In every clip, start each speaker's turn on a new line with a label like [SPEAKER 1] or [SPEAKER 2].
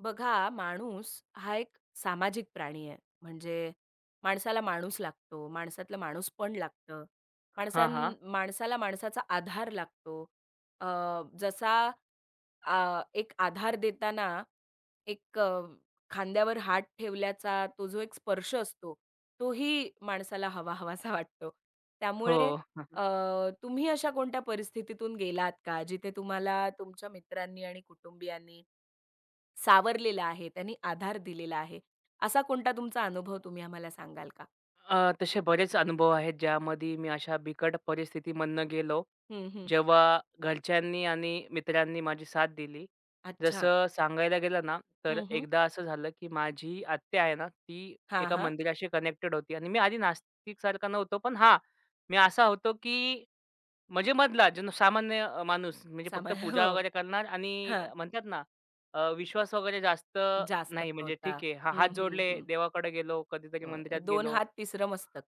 [SPEAKER 1] बघा, माणूस हा एक सामाजिक प्राणी आहे. म्हणजे माणसाला माणूस लागतो, माणसातलं माणूसपण लागतं. माणसां
[SPEAKER 2] हां, हां.
[SPEAKER 1] माणसाला माणसाचा आधार लागतो. अ, जसा एक आधार देताना एक खांद्यावर हात ठेवल्याचा तो जो एक स्पर्श असतो, तोही माणसाला हवा-हवासा वाटतो.
[SPEAKER 2] हो.
[SPEAKER 1] त्यामुळे
[SPEAKER 2] हं.
[SPEAKER 1] अ, तुम्ही अशा कोणत्या परिस्थितीतून गेलात का, जिथे तुम्हाला तुमच्या मित्रांनी आणि कुटुंबियांनी सावरलेला आहे, त्यांनी आधार दिलेला आहे. असा कोणता तुमचा अनुभव तुम्ही आम्हाला सांगाल का?
[SPEAKER 2] तसे बरेच अनुभव आहेत ज्यामध्ये मी अशा बिकट परिस्थितीमधनं गेलो.
[SPEAKER 1] हं, हं.
[SPEAKER 2] जेव्हा घरच्यांनी आणि मित्रांनी माझी साथ दिली.
[SPEAKER 1] अच्छा.
[SPEAKER 2] जसं सांगायला गेलं ना, तर
[SPEAKER 1] हं, हं.
[SPEAKER 2] एकदा असं झालं, की माझी आत्या आहे ना, ती
[SPEAKER 1] हां,
[SPEAKER 2] एका
[SPEAKER 1] हां.
[SPEAKER 2] मंदिराशी कनेक्टेड होती आणि मी आधी नास्तिकसारखा नव्हतो. पण हां, मी असा होतो, की म्हणजे मधला जो सामान्य माणूस म्हणजे
[SPEAKER 1] सामा
[SPEAKER 2] फक्त
[SPEAKER 1] हो.
[SPEAKER 2] पूजा वगैरे करणार आणि
[SPEAKER 1] हां.
[SPEAKER 2] म्हणतात ना विश्वास वगैरे जास्त
[SPEAKER 1] जास्त
[SPEAKER 2] नाही म्हणजे
[SPEAKER 1] होता.
[SPEAKER 2] ठीक आहे. हां, हात
[SPEAKER 1] हं, हं,
[SPEAKER 2] जोडले,
[SPEAKER 1] हं.
[SPEAKER 2] देवाकडे गेलो, कधीतरी
[SPEAKER 1] होय.
[SPEAKER 2] मंदिरात
[SPEAKER 1] दोन
[SPEAKER 2] गेलो.
[SPEAKER 1] हात तिसरं मस्तक.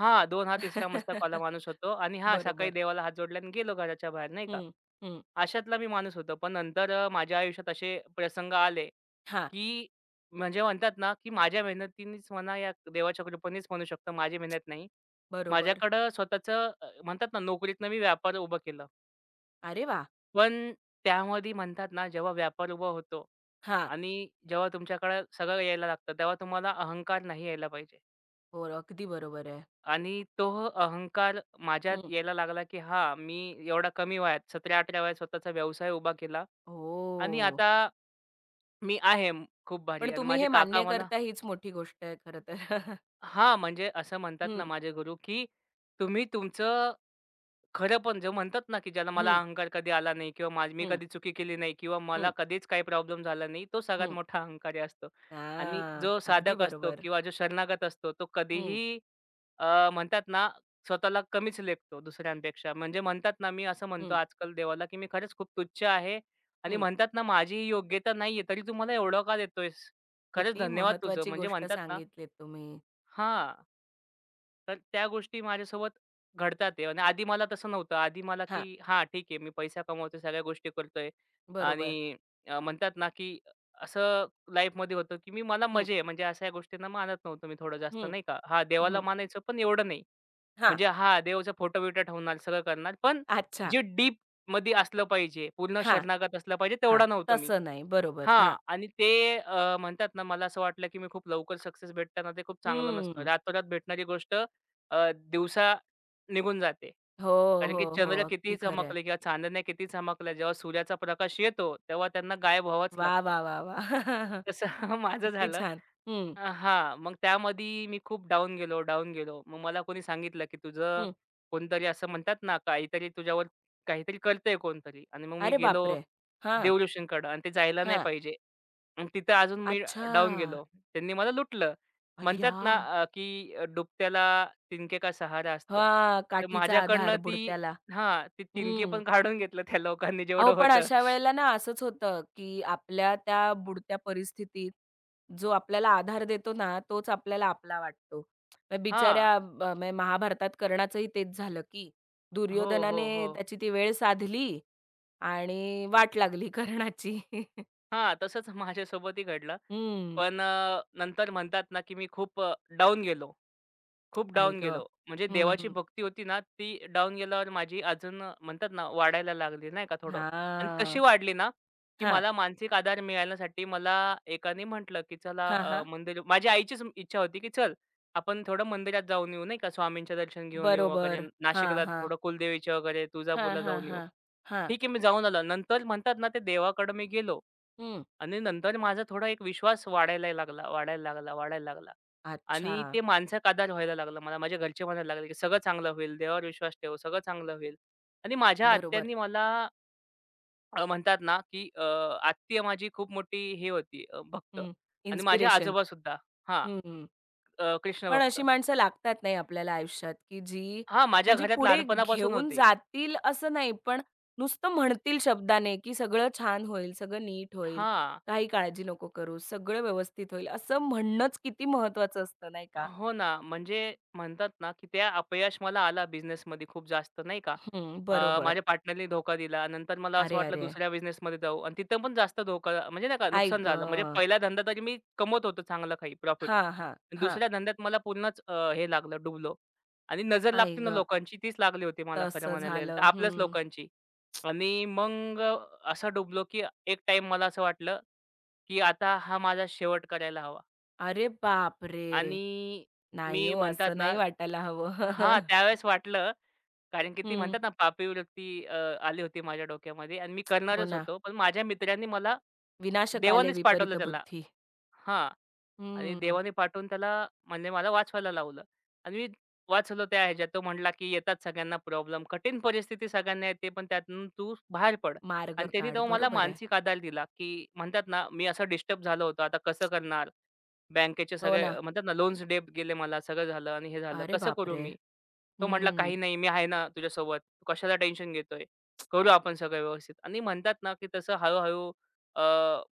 [SPEAKER 2] हां, 2 हा तिसरा मस्तकवाला माणूस होतो आणि हां, सकाळी
[SPEAKER 1] बरोबर.
[SPEAKER 2] देवाला हात जोडले आणि गेलो घराच्या बाहेर नाही का?
[SPEAKER 1] हं, हं.
[SPEAKER 2] अशातला मी माणूस होतो. पण नंतर माझ्या आयुष्यात असे प्रसंग आले,
[SPEAKER 1] हां.
[SPEAKER 2] की म्हणजे म्हणतात ना, की माझ्या मेहनतीनेच म्हणा या देवाच्या कृपेनेच म्हणू शकतो, माझी मेहनत नाही.
[SPEAKER 1] बरोबर.
[SPEAKER 2] माझ्याकडं स्वतःचं म्हणतात ना नोकरीतनं मी व्यापार उभा केला.
[SPEAKER 1] अरे वाह!
[SPEAKER 2] पण त्यामध्ये म्हणतात ना, जेव्हा व्यापार उभा होतो
[SPEAKER 1] हां.
[SPEAKER 2] आणि जेव्हा तुमच्याकडे सगळं यायला लागतं, तेव्हा तुम्हाला अहंकार नाही यायला पाहिजे.
[SPEAKER 1] हो, अगदी बरोबर आहे.
[SPEAKER 2] आणि तो अहंकार माझ्यात
[SPEAKER 1] हं.
[SPEAKER 2] यायला लागला, की हा मी एवढ्या कमी वयात 17-18 वयात स्वतःचा व्यवसाय उभा केला आणि
[SPEAKER 1] ओह!
[SPEAKER 2] आता मी आहे म- खूप
[SPEAKER 1] पण
[SPEAKER 2] भारी. आणि
[SPEAKER 1] तुम्ही
[SPEAKER 2] माझे
[SPEAKER 1] हे
[SPEAKER 2] काका
[SPEAKER 1] मान्य
[SPEAKER 2] मला
[SPEAKER 1] करता हीच मोठी गोष्ट आहे खरं तर.
[SPEAKER 2] हां, म्हणजे असं म्हणतात ना
[SPEAKER 1] हं,
[SPEAKER 2] माझे गुरु, की तुम्ही तुमचं खरं पण जे म्हणतात ना, की ज्याला मला
[SPEAKER 1] हं,
[SPEAKER 2] अहंकार कधी आला नाही किंवा माझी मी
[SPEAKER 1] हं,
[SPEAKER 2] कधी चुकी केली नाही किंवा मला
[SPEAKER 1] हं,
[SPEAKER 2] कधीच काही प्रॉब्लेम झाला नाही, तो सगळ्यात
[SPEAKER 1] हं.
[SPEAKER 2] मोठा अहंकारी असतो. आणि
[SPEAKER 1] हां.
[SPEAKER 2] जो
[SPEAKER 1] अगदी
[SPEAKER 2] साधक असतो
[SPEAKER 1] बरोबर.
[SPEAKER 2] किंवा जो शरणागत असतो, तो
[SPEAKER 1] हं,
[SPEAKER 2] कधीही म्हणतात ना, स्वतःला कमीच लेखतो दुसऱ्यांपेक्षा. म्हणजे म्हणतात ना, मी असं म्हणतो
[SPEAKER 1] हं,
[SPEAKER 2] आजकाल देवाला, की मी खरंच खूप तुच्छ आहे आणि
[SPEAKER 1] हं.
[SPEAKER 2] म्हणतात ना, माझी ही योग्यता नाहीये, तरी तू मला एवढं का देतोयस? खरंच
[SPEAKER 1] किती
[SPEAKER 2] धन्यवाद तुझं.
[SPEAKER 1] महत्वाची
[SPEAKER 2] म्हणजे
[SPEAKER 1] गोष्ट
[SPEAKER 2] म्हणतात ना
[SPEAKER 1] सांगितलीत तुम्ही.
[SPEAKER 2] हां. तर त्या गोष्टी माझ्यासोबत घडतात आहे आणि आधी मला तसं नव्हतं. आधी मला
[SPEAKER 1] हां,
[SPEAKER 2] की हां, ठीक आहे मी पैसा कमवतोय, सगळ्या गोष्टी करतोय
[SPEAKER 1] बरोबर.
[SPEAKER 2] आणि म्हणतात ना की असं लाईफमध्ये होतं की मी मला
[SPEAKER 1] हं,
[SPEAKER 2] मजा आहे म्हणजे अशा या गोष्टींना मानत नव्हतो मी थोडं जास्त
[SPEAKER 1] हं,
[SPEAKER 2] नाही का. हां, देवाला
[SPEAKER 1] हं.
[SPEAKER 2] मानायचं पण एवढं नाही.
[SPEAKER 1] हां,
[SPEAKER 2] म्हणजे हां, देवाचा फोटो-बिटो ठेवणार, सगळं करणार. पण
[SPEAKER 1] अच्छा.
[SPEAKER 2] जे डीपमध्ये असलं पाहिजे, पूर्ण
[SPEAKER 1] हां,
[SPEAKER 2] शरणागत असलं पाहिजे
[SPEAKER 1] हां.
[SPEAKER 2] तेवढा नव्हतो मी.
[SPEAKER 1] तसं नाही. बरोबर. हां.
[SPEAKER 2] हां. आणि ते म्हणतात ना, मला असं वाटलं, की मी खूप लवकर सक्सेस भेटताना ते खूप चांगलं नसतं.
[SPEAKER 1] हं.
[SPEAKER 2] रातोरात भेटणारी गोष्ट दिवसा निघून जाते.
[SPEAKER 1] हो,
[SPEAKER 2] कारण
[SPEAKER 1] हो,
[SPEAKER 2] की
[SPEAKER 1] हो.
[SPEAKER 2] चंद्र
[SPEAKER 1] अगदी
[SPEAKER 2] कितीही
[SPEAKER 1] खरं आहे.
[SPEAKER 2] चमकले किंवा चांदण्या किती चमकल्या, जेव्हा सूर्याचा प्रकाश येतो, तेव्हा त्यांना गायब व्हावंच
[SPEAKER 1] वाह,
[SPEAKER 2] लागतं.
[SPEAKER 1] वाह, वाह, वाह!
[SPEAKER 2] तसं माझं
[SPEAKER 1] किती
[SPEAKER 2] झालं
[SPEAKER 1] छान. हं,
[SPEAKER 2] हां. मग त्यामध्ये मी खूप डाउन गेलो, डाउन गेलो. मग मला कोणी सांगितलं, की तुझं
[SPEAKER 1] हं.
[SPEAKER 2] कोणतरी असं म्हणतात ना, काहीतरी तुझ्यावर काहीतरी करतंय कोणतरी आणि मग मी
[SPEAKER 1] अरे
[SPEAKER 2] गेलो
[SPEAKER 1] बापरे! हां,
[SPEAKER 2] देवऋषींकडं आणि ते जायला नाही
[SPEAKER 1] हां.
[SPEAKER 2] पाहिजे. आणि तिथं अजून मी
[SPEAKER 1] अच्छा.
[SPEAKER 2] डाउन गेलो. त्यांनी मला लुटलं. म्हणतात
[SPEAKER 1] अय्या!
[SPEAKER 2] ना, "डुबत्याला तिनके का सहारा" असतं.
[SPEAKER 1] हां,
[SPEAKER 2] तर
[SPEAKER 1] काठीचा
[SPEAKER 2] माझ्याकडनं
[SPEAKER 1] आधार
[SPEAKER 2] ती
[SPEAKER 1] बुडत्याला.
[SPEAKER 2] हां, ते तिनके
[SPEAKER 1] हं.
[SPEAKER 2] पण काढून घेतलं त्या लोकांनी
[SPEAKER 1] अहो,
[SPEAKER 2] जेवढं
[SPEAKER 1] पण
[SPEAKER 2] होतं.
[SPEAKER 1] अशा वेळेला ना असंच होतं, की आपल्या त्या बुडत्या परिस्थितीत जो आपल्याला आधार देतो ना, तोच आपल्याला आपला वाटतो. मग
[SPEAKER 2] हां.
[SPEAKER 1] बिचाऱ्या म्हणजे महाभारतात कर्णाचंही तेच झालं, की
[SPEAKER 2] हो, हो,
[SPEAKER 1] दुर्योधनाने
[SPEAKER 2] हो.
[SPEAKER 1] त्याची ती वेळ साधली आणि वाट लागली कर्णाची.
[SPEAKER 2] हां, तसंच माझ्यासोबतही घडलं.
[SPEAKER 1] हं,
[SPEAKER 2] पण नंतर म्हणतात ना, की मी खूप डाउन गेलो. खूप
[SPEAKER 1] आई
[SPEAKER 2] डाउन
[SPEAKER 1] गं!
[SPEAKER 2] गेलो. म्हणजे
[SPEAKER 1] हं,
[SPEAKER 2] देवाची
[SPEAKER 1] हं.
[SPEAKER 2] भक्ती होती ना, ती डाउन गेल्यावर माझी अजून म्हणतात ना, वाढायला लागली नाही का थोडं. आणि कशी
[SPEAKER 1] हां.
[SPEAKER 2] वाढली ना, की
[SPEAKER 1] हां,
[SPEAKER 2] मला मानसिक आधार मिळाल्यासाठी मला एकाने म्हटलं, की "चला
[SPEAKER 1] हां, हां.
[SPEAKER 2] मंदिर" माझ्या आईचीच इच्छा होती, की "चल, आपण थोडं मंदिरात जाऊन येऊ नाही का, स्वामींचं दर्शन घेऊन येऊ वगैरे.
[SPEAKER 1] बरोबर. हां,
[SPEAKER 2] नाशिकला
[SPEAKER 1] हां.
[SPEAKER 2] थोडं कुलदेवीच्या वगैरे
[SPEAKER 1] हां,
[SPEAKER 2] तुळजापूरला
[SPEAKER 1] हां,
[SPEAKER 2] जाऊन येऊ."
[SPEAKER 1] हां. हां.
[SPEAKER 2] ठीक आहे, मी जाऊन आलो. नंतर म्हणतात ना, ते देवाकडं मी गेलो
[SPEAKER 1] हं.
[SPEAKER 2] आणि नंतर माझा थोडा एक विश्वास वाढायला लागला, वाढायला लागला, वाढायला लागला. आणि
[SPEAKER 1] अच्छा.
[SPEAKER 2] ते मानसिक आधार व्हायला लागला मला. माझ्या घरचे म्हणायला लागले, की "सगळं चांगलं होईल. देवावर विश्वास ठेव, सगळं चांगलं होईल." आणि माझ्या
[SPEAKER 1] बरोबर.
[SPEAKER 2] आत्यांनी मला म्हणतात ना, की आत्या माझी खूप मोठी हे होती भक्त
[SPEAKER 1] हं.
[SPEAKER 2] आणि माझे
[SPEAKER 1] इन्स्पिरेशन.
[SPEAKER 2] आजोबासुद्धा हां,
[SPEAKER 1] हं.
[SPEAKER 2] कृष्ण
[SPEAKER 1] पण
[SPEAKER 2] भक्त.
[SPEAKER 1] अशी माणसं लागतात नाही आपल्याला आयुष्यात, की जी
[SPEAKER 2] हां, माझ्या
[SPEAKER 1] म्हणजे
[SPEAKER 2] घरात
[SPEAKER 1] पुढे
[SPEAKER 2] लहानपणापासून
[SPEAKER 1] घेऊन
[SPEAKER 2] होते.
[SPEAKER 1] जातील असं नाही, पण नुसतं म्हणतील शब्दाने, की सगळं छान होईल, सगळं नीट होईल,
[SPEAKER 2] हां.
[SPEAKER 1] काही काळजी नको करू, सगळं व्यवस्थित होईल. असं म्हणणंच किती महत्वाचं असतं नाही का?
[SPEAKER 2] हो ना, म्हणजे म्हणतात ना, की त्या अपयश मला आला बिझनेसमध्ये खूप जास्त नाही का.
[SPEAKER 1] हं, बरोबर.
[SPEAKER 2] माझ्या पार्टनरनी धोका दिला. नंतर मला असं
[SPEAKER 1] अरे,
[SPEAKER 2] वाटलं
[SPEAKER 1] अरे!
[SPEAKER 2] दुसऱ्या बिझनेसमध्ये जाऊ आणि तिथं पण जास्त धोका म्हणजे नाही का
[SPEAKER 1] आई
[SPEAKER 2] नुकसान झालं. म्हणजे
[SPEAKER 1] गं!
[SPEAKER 2] पहिला धंदा तरी मी कमवत होतो चांगलं काही प्रॉफिट.
[SPEAKER 1] हां, हां, हां.
[SPEAKER 2] दुसऱ्या धंद्यात मला पूर्णच हे लागलं डुबलो आणि नजर
[SPEAKER 1] आई
[SPEAKER 2] लागते ना
[SPEAKER 1] गं!
[SPEAKER 2] लोकांची तीच लागली होती मला खरं
[SPEAKER 1] तसं
[SPEAKER 2] म्हणायला गेलं तर
[SPEAKER 1] झालं.
[SPEAKER 2] आपल्याच
[SPEAKER 1] हं.
[SPEAKER 2] लोकांची. आणि मग असं डुबलो की एक टाईम मला असं वाटलं, की आता हा माझा शेवट करायला हवा
[SPEAKER 1] अरे बापरे!
[SPEAKER 2] आणि
[SPEAKER 1] नाही
[SPEAKER 2] मी
[SPEAKER 1] हो,
[SPEAKER 2] म्हणतात
[SPEAKER 1] असं नाही
[SPEAKER 2] ना
[SPEAKER 1] वाटायला हवं.
[SPEAKER 2] हां, त्यावेळेस वाटलं कारण की ती
[SPEAKER 1] हं.
[SPEAKER 2] म्हणतात ना पापी वृत्ती आली होती माझ्या डोक्यामध्ये आणि मी
[SPEAKER 1] हो
[SPEAKER 2] करणारच
[SPEAKER 1] ना.
[SPEAKER 2] होतो. पण माझ्या मित्रांनी मला
[SPEAKER 1] विनाशकाले
[SPEAKER 2] देवानेच
[SPEAKER 1] विपरीत
[SPEAKER 2] पाठवलं त्याला.
[SPEAKER 1] बुद्धी.
[SPEAKER 2] हां. आणि
[SPEAKER 1] हम्म.
[SPEAKER 2] देवाने पाठवून त्याला म्हणजे मला वाचवायला लावलं आणि मी वाचलं त्या ह्याच्यात. तो म्हटला, की "येतात सगळ्यांना प्रॉब्लेम. कठीण परिस्थिती सगळ्यांना येते, पण त्यातून तू बाहेर पड."
[SPEAKER 1] मार्ग
[SPEAKER 2] आणि त्यांनी
[SPEAKER 1] काढ.
[SPEAKER 2] तेव्हा मला
[SPEAKER 1] बरोबर आहे.
[SPEAKER 2] मानसिक आधार दिला, की म्हणतात ना, मी असं डिस्टर्ब झालो होतो. आता कसं करणार? बँकेचे
[SPEAKER 1] हो
[SPEAKER 2] सगळे
[SPEAKER 1] ना.
[SPEAKER 2] म्हणतात ना, लोन्स डेप गेले मला. सगळं झालं आणि हे झालं.
[SPEAKER 1] अरे
[SPEAKER 2] कसं करू
[SPEAKER 1] बापरे!
[SPEAKER 2] मी? तो म्हटला,
[SPEAKER 1] हम्म.
[SPEAKER 2] "काही नाही, मी आहे ना तुझ्यासोबत. तू कशाला टेन्शन घेतोय? करू आपण सगळं व्यवस्थित." आणि म्हणतात ना, की तसं हळू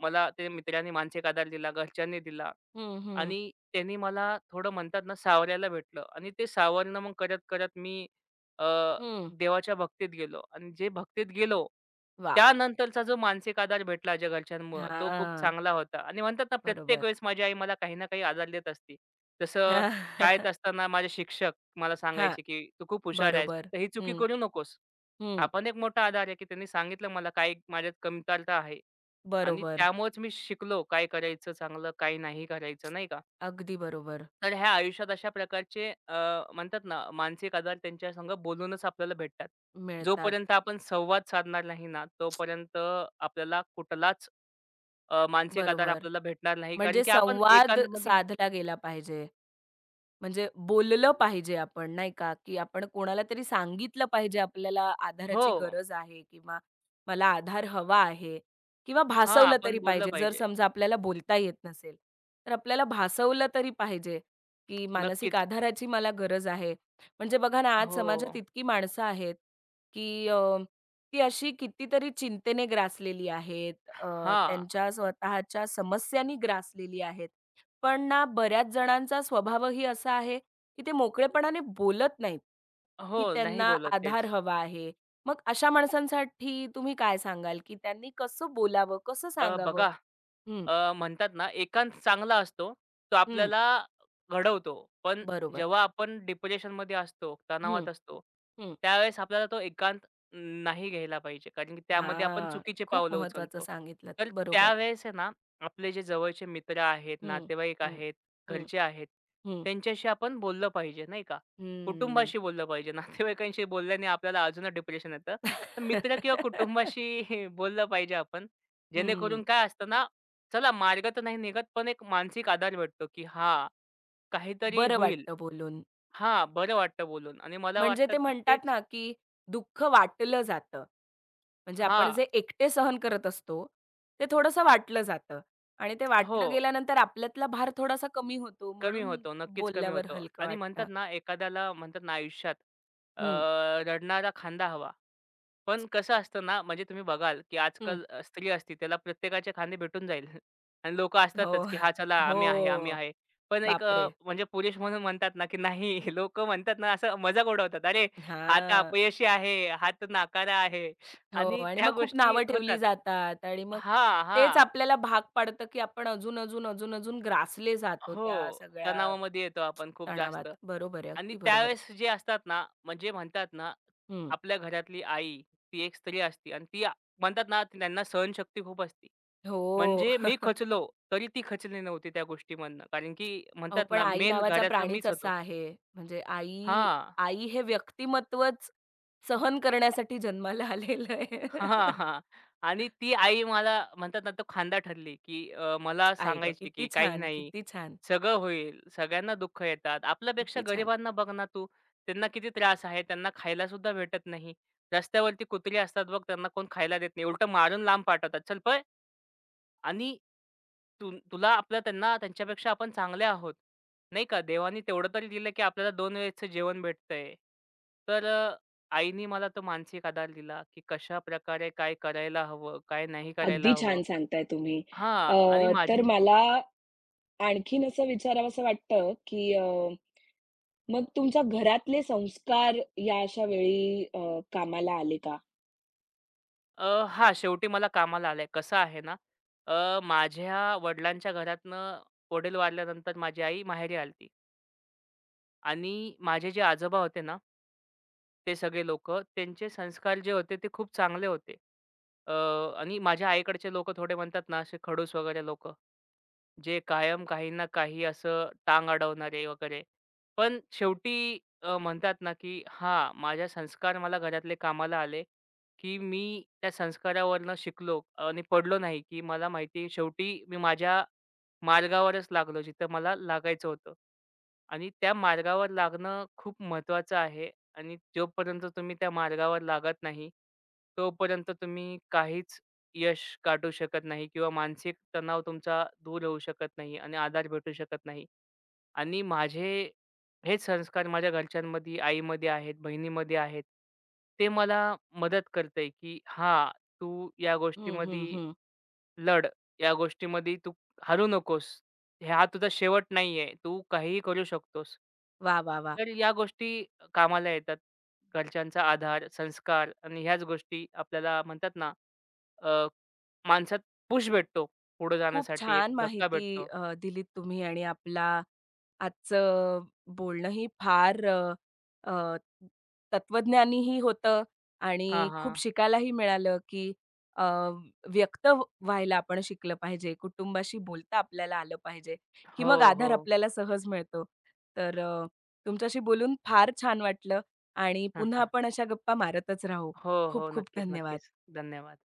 [SPEAKER 2] मला ते मित्रांनी मानसिक आधार दिला, घरच्यांनी दिला
[SPEAKER 1] हं, हं,
[SPEAKER 2] आणि त्यांनी मला थोडं म्हणतात ना सावरायला भेटलं आणि ते सावरणं मग करत-करत मी अ,
[SPEAKER 1] हं.
[SPEAKER 2] देवाच्या भक्तीत गेलो आणि जे भक्तीत गेलो,
[SPEAKER 1] वाह!
[SPEAKER 2] त्यानंतरचा जो मानसिक आधार भेटला ज्या घरच्यांमुळं, तो खूप
[SPEAKER 1] हां.
[SPEAKER 2] चांगला होता आणि म्हणतात ना प्रत्येक
[SPEAKER 1] बरोबर.
[SPEAKER 2] वेळेस माझी आई मला काही ना काही आधार देत असते. जसं शाळेत असताना माझे शिक्षक मला
[SPEAKER 1] हां.
[SPEAKER 2] सांगायचे, की "तू खूप हुशार आहेस,
[SPEAKER 1] बरोबर.
[SPEAKER 2] फक्त ही चुकी
[SPEAKER 1] हं,
[SPEAKER 2] करू नकोस." हा
[SPEAKER 1] हं.
[SPEAKER 2] पण एक मोठा आधार आहे, की त्यांनी सांगितलं मला काय माझ्यात कमतरता आहे. आणि
[SPEAKER 1] बरोबर.
[SPEAKER 2] त्यामुळेच मी शिकलो काय करायचं चांगलं, काय नाही करायचं, नाही का?
[SPEAKER 1] अगदी बरोबर.
[SPEAKER 2] तर ह्या आयुष्यात अशा प्रकारचे म्हणतात ना मानसिक आजार त्यांच्यासंग बोलूनच आपल्याला भेटतात.
[SPEAKER 1] मिळतात.
[SPEAKER 2] जोपर्यंत आपण संवाद साधणार नाही ना, तोपर्यंत आपल्याला कुठलाच मानसिक आधार
[SPEAKER 1] बरोबर.
[SPEAKER 2] आपल्याला भेटणार नाही. कारण
[SPEAKER 1] म्हणजे
[SPEAKER 2] की आपण
[SPEAKER 1] संवाद
[SPEAKER 2] एकांतमध्ये
[SPEAKER 1] साधला गेला पाहिजे. म्हणजे बोललं पाहिजे आपण नाही का, की आपण कोणाला तरी सांगितलं पाहिजे आपल्याला
[SPEAKER 2] हो.
[SPEAKER 1] आधाराची गरज आहे किंवा मला आधार हवा आहे किंवा
[SPEAKER 2] हां,
[SPEAKER 1] भासवलं
[SPEAKER 2] आपण
[SPEAKER 1] तरी
[SPEAKER 2] बोललं
[SPEAKER 1] पाहिजे. जर
[SPEAKER 2] पाहिजे.
[SPEAKER 1] समजा आपल्याला बोलता येत नसेल, तर आपल्याला भासवलं तरी पाहिजे, की मानसिक
[SPEAKER 2] नक्कीच.
[SPEAKER 1] आधाराची मला गरज आहे. म्हणजे बघा ना, आज समाजात
[SPEAKER 2] हो.
[SPEAKER 1] इतकी माणसं आहेत, की ती अशी कितीतरी चिंतेने ग्रासलेली आहेत.
[SPEAKER 2] हां.
[SPEAKER 1] त्यांच्या स्वतःच्या समस्यांनी ग्रासलेली आहेत. पण ना, बऱ्याच जणांचा स्वभावही असा आहे, की ते मोकळेपणाने बोलत नाहीत,
[SPEAKER 2] हो,
[SPEAKER 1] की
[SPEAKER 2] नाही
[SPEAKER 1] त्यांना
[SPEAKER 2] बोलत तेच.
[SPEAKER 1] आधार हवा आहे. मग अशा माणसांसाठी तुम्ही काय सांगाल, की त्यांनी कसं बोलावं, कसं सांगावं?
[SPEAKER 2] बघा
[SPEAKER 1] हं,
[SPEAKER 2] म्हणतात ना एकांत चांगला असतो. तो
[SPEAKER 1] हं,
[SPEAKER 2] आपल्याला घडवतो. पण
[SPEAKER 1] बरोबर.
[SPEAKER 2] जेव्हा आपण डिप्रेशनमध्ये असतो,
[SPEAKER 1] हं,
[SPEAKER 2] तणावात असतो,
[SPEAKER 1] हं.
[SPEAKER 2] त्यावेळेस आपल्याला तो एकांत नाही घ्यायला पाहिजे. कारण की त्यामध्ये आपण
[SPEAKER 1] हां,
[SPEAKER 2] चुकीचे
[SPEAKER 1] खूप
[SPEAKER 2] पावलं
[SPEAKER 1] महत्त्वाचं
[SPEAKER 2] उचलतो.
[SPEAKER 1] सांगितलंत.
[SPEAKER 2] तर
[SPEAKER 1] बरोबर.
[SPEAKER 2] त्यावेळेस आहे ना, आपले जे जवळचे मित्र आहेत,
[SPEAKER 1] हं,
[SPEAKER 2] नातेवाईक
[SPEAKER 1] हं,
[SPEAKER 2] आहेत,
[SPEAKER 1] हं,
[SPEAKER 2] घरचे आहेत,
[SPEAKER 1] हं,
[SPEAKER 2] त्यांच्याशी आपण बोललं पाहिजे नाही का.
[SPEAKER 1] हं.
[SPEAKER 2] कुटुंबाशी बोललं पाहिजे. नातेवाईकांशी बोलल्याने आपल्याला अजूनच डिप्रेशन येतं. तर मित्र किंवा कुटुंबाशी बोललं पाहिजे आपण.
[SPEAKER 1] हं.
[SPEAKER 2] जेणेकरून काय असतं ना चला मार्ग तर नाही निघत, पण एक मानसिक आधार भेटतो, की हां, काहीतरी
[SPEAKER 1] बरं
[SPEAKER 2] होईल.
[SPEAKER 1] वाटतं बोलून.
[SPEAKER 2] हां, बरं वाटतं बोलून आणि मला
[SPEAKER 1] म्हणजे
[SPEAKER 2] वाटतं,
[SPEAKER 1] ते
[SPEAKER 2] की
[SPEAKER 1] म्हणतात
[SPEAKER 2] तेच
[SPEAKER 1] ना, की दुःख वाटलं जातं. म्हणजे आपण
[SPEAKER 2] हां,
[SPEAKER 1] जे एकटे सहन करत असतो, ते थोडंसं वाटलं जातं आणि ते
[SPEAKER 2] हो.
[SPEAKER 1] वाटलं गेल्यानंतर आपल्यातला भार थोडासा कमी होतो,
[SPEAKER 2] कमी
[SPEAKER 1] म्हणून
[SPEAKER 2] होतो. नक्कीच कमी
[SPEAKER 1] बोलल्यावर
[SPEAKER 2] होतो.
[SPEAKER 1] हलकं
[SPEAKER 2] आणि
[SPEAKER 1] वाटतं.
[SPEAKER 2] म्हणतात ना, एखाद्याला म्हणतात ना आयुष्यात अ,
[SPEAKER 1] हं,
[SPEAKER 2] रडणारा खांदा हवा. पण कसं असतं ना, म्हणजे तुम्ही बघाल, की
[SPEAKER 1] हं.
[SPEAKER 2] आजकाल स्त्री असती त्याला प्रत्येकाचे खांदे भेटून जाईल आणि लोकं
[SPEAKER 1] हो.
[SPEAKER 2] असतातच, की "हां, चला
[SPEAKER 1] हो.
[SPEAKER 2] आम्ही आहे, आम्ही आहे." पण एक
[SPEAKER 1] बापरे!
[SPEAKER 2] म्हणजे पुरुष म्हणून म्हणतात ना, की नाही लोक म्हणतात ना, असं मजाक उडवतात. "अरे, हा तर
[SPEAKER 1] हां.
[SPEAKER 2] अपयशी आहे, हा तर नाकारा आहे."
[SPEAKER 1] हो
[SPEAKER 2] आणि
[SPEAKER 1] आणि
[SPEAKER 2] त्या
[SPEAKER 1] मग खूप
[SPEAKER 2] गोष्टी
[SPEAKER 1] नावं ठेवली
[SPEAKER 2] होतात.
[SPEAKER 1] जातात आणि मग
[SPEAKER 2] हां,
[SPEAKER 1] तेच
[SPEAKER 2] हां.
[SPEAKER 1] आपल्याला भाग पाडतं, की आपण अजून, अजून, अजून, अजून ग्रासले जातो त्या
[SPEAKER 2] हो.
[SPEAKER 1] सगळ्या
[SPEAKER 2] तणावामध्ये येतो आपण खूप
[SPEAKER 1] तणावात.
[SPEAKER 2] जास्त
[SPEAKER 1] बरोबर आहे,
[SPEAKER 2] आणि
[SPEAKER 1] अगदी बरोबर आहे.
[SPEAKER 2] त्यावेळेस जे असतात ना, म्हणजे म्हणतात ना,
[SPEAKER 1] हं.
[SPEAKER 2] आपल्या घरातली आई ती एक स्त्री असते आणि म्हणतात ना, त्यांना सहनशक्ती खूप असते. म्हणजे
[SPEAKER 1] हो.
[SPEAKER 2] मी खचलो, तरी ती खचली नव्हती त्या गोष्टीमधनं. कारण की
[SPEAKER 1] अहो,
[SPEAKER 2] म्हणतात
[SPEAKER 1] पण
[SPEAKER 2] ना,
[SPEAKER 1] आई
[SPEAKER 2] मेन
[SPEAKER 1] नावाचा
[SPEAKER 2] घराचा
[SPEAKER 1] प्राणीच
[SPEAKER 2] मीच
[SPEAKER 1] असा
[SPEAKER 2] होतो.
[SPEAKER 1] आहे. म्हणजे आई
[SPEAKER 2] हां.
[SPEAKER 1] आई हे व्यक्तिमत्वच सहन करण्यासाठी जन्माला आलेलं आहे.
[SPEAKER 2] हां, हां. आणि ती आई मला म्हणतात ना, तो खांदा ठरली, की मला
[SPEAKER 1] आई गं!
[SPEAKER 2] सांगायची,
[SPEAKER 1] किती
[SPEAKER 2] की "काही
[SPEAKER 1] छान,
[SPEAKER 2] नाही,
[SPEAKER 1] किती छान,
[SPEAKER 2] सगळं होईल. सगळ्यांना दुःख येतात. आपल्यापेक्षा
[SPEAKER 1] किती छान!
[SPEAKER 2] गरिबांना बघ ना तू. त्यांना किती त्रास आहे. त्यांना खायला सुद्धा भेटत नाही. रस्त्यावरती कुत्री असतात बघ, त्यांना कोण खायला देत नाही. उलटं मारून लांब पाठवतात. चल पळ." आणि तुला आपल्या त्यांना त्यांच्यापेक्षा आपण चांगले आहोत. नाही का? देवाने तेवढं तरी दिलं, की आपल्याला 2 वेळेचं जेवण भेटतंय. तर आईनी मला तो मानसिक आधार दिला, की कशाप्रकारे काय करायला हवं, काय नाही
[SPEAKER 1] अगदी
[SPEAKER 2] करायला हवं.
[SPEAKER 1] छान सांगताय तुम्ही.
[SPEAKER 2] हां
[SPEAKER 1] अ,
[SPEAKER 2] आणि
[SPEAKER 1] तर
[SPEAKER 2] माझे
[SPEAKER 1] मला आणखीन असं विचारावसं वाटतं, की मग तुमच्या घरातले संस्कार या अशा वेळी कामाला आले का?
[SPEAKER 2] हां, शेवटी मला कामाला आलंय. कसं आहे ना, माझ्या वडिलांच्या घरातनं वडील वारल्यानंतर माझी आई माहेरी आली आणि माझे जे आजोबा होते ना ते सगळे लोक, त्यांचे संस्कार जे होते ते खूप चांगले होते. अ, आणि माझ्या आईकडचे लोक थोडे म्हणतात ना असे खडूस वगैरे लोक, जे कायम काही ना काही असं टांग अडवणारे वगैरे. पण शेवटी म्हणतात ना, की हां, माझ्या संस्कार मला घरातले कामाला आले, की मी त्या संस्कारावरनं शिकलो आणि पडलो नाही, की मला माहिती शेवटी मी माझ्या मार्गावरच लागलो जिथं मला लागायचं होतं. आणि त्या मार्गावर लागणं खूप महत्त्वाचं आहे आणि जोपर्यंत तुम्ही त्या मार्गावर लागत नाही, तोपर्यंत तुम्ही काहीच यश काढू शकत नाही किंवा मानसिक तणाव तुमचा दूर होऊ शकत नाही आणि आधार भेटू शकत नाही आणि माझे हेच संस्कार माझ्या घरच्यांमध्ये, आईमध्ये आहेत, बहिणीमध्ये आहेत. ते मला मदत करतंय, की हां, तू या
[SPEAKER 1] हं, हं,
[SPEAKER 2] गोष्टीमध्ये
[SPEAKER 1] हं.
[SPEAKER 2] लढ या गोष्टीमध्ये तू हरू नकोस. हे हा तुझा शेवट नाहीये. तू काहीही करू शकतोस.
[SPEAKER 1] वाह, वाह, वाह!
[SPEAKER 2] तर या गोष्टी कामाला येतात. घरच्यांचा आधार, संस्कार आणि ह्याच गोष्टी आपल्याला म्हणतात ना, अ, माणसात पुश भेटतो पुढे
[SPEAKER 1] खूप
[SPEAKER 2] जाण्यासाठी एक
[SPEAKER 1] छान
[SPEAKER 2] धक्का
[SPEAKER 1] माहिती
[SPEAKER 2] भेटतो.
[SPEAKER 1] दिलीत तुम्ही आणि आपला आजचं बोलणंही फार अ, तत्वज्ञानीही होतं
[SPEAKER 2] हां,
[SPEAKER 1] आणि खूप
[SPEAKER 2] हां.
[SPEAKER 1] शिकायलाही मिळालं, की अ, व्यक्त व्हायला आपण शिकलं पाहिजे, कुटुंबाशी बोलता आपल्याला आलं पाहिजे, की
[SPEAKER 2] हो,
[SPEAKER 1] मग
[SPEAKER 2] हो.
[SPEAKER 1] आधार आपल्याला सहज मिळतो. तर तुमच्याशी बोलून फार छान वाटलं आणि
[SPEAKER 2] हा,
[SPEAKER 1] पुन्हा
[SPEAKER 2] हा.
[SPEAKER 1] आपण अशा गप्पा मारतच राहू.
[SPEAKER 2] हो,
[SPEAKER 1] खूप
[SPEAKER 2] हो.
[SPEAKER 1] खूप
[SPEAKER 2] नक्कीच,
[SPEAKER 1] धन्यवाद.
[SPEAKER 2] नक्कीच. धन्यवाद.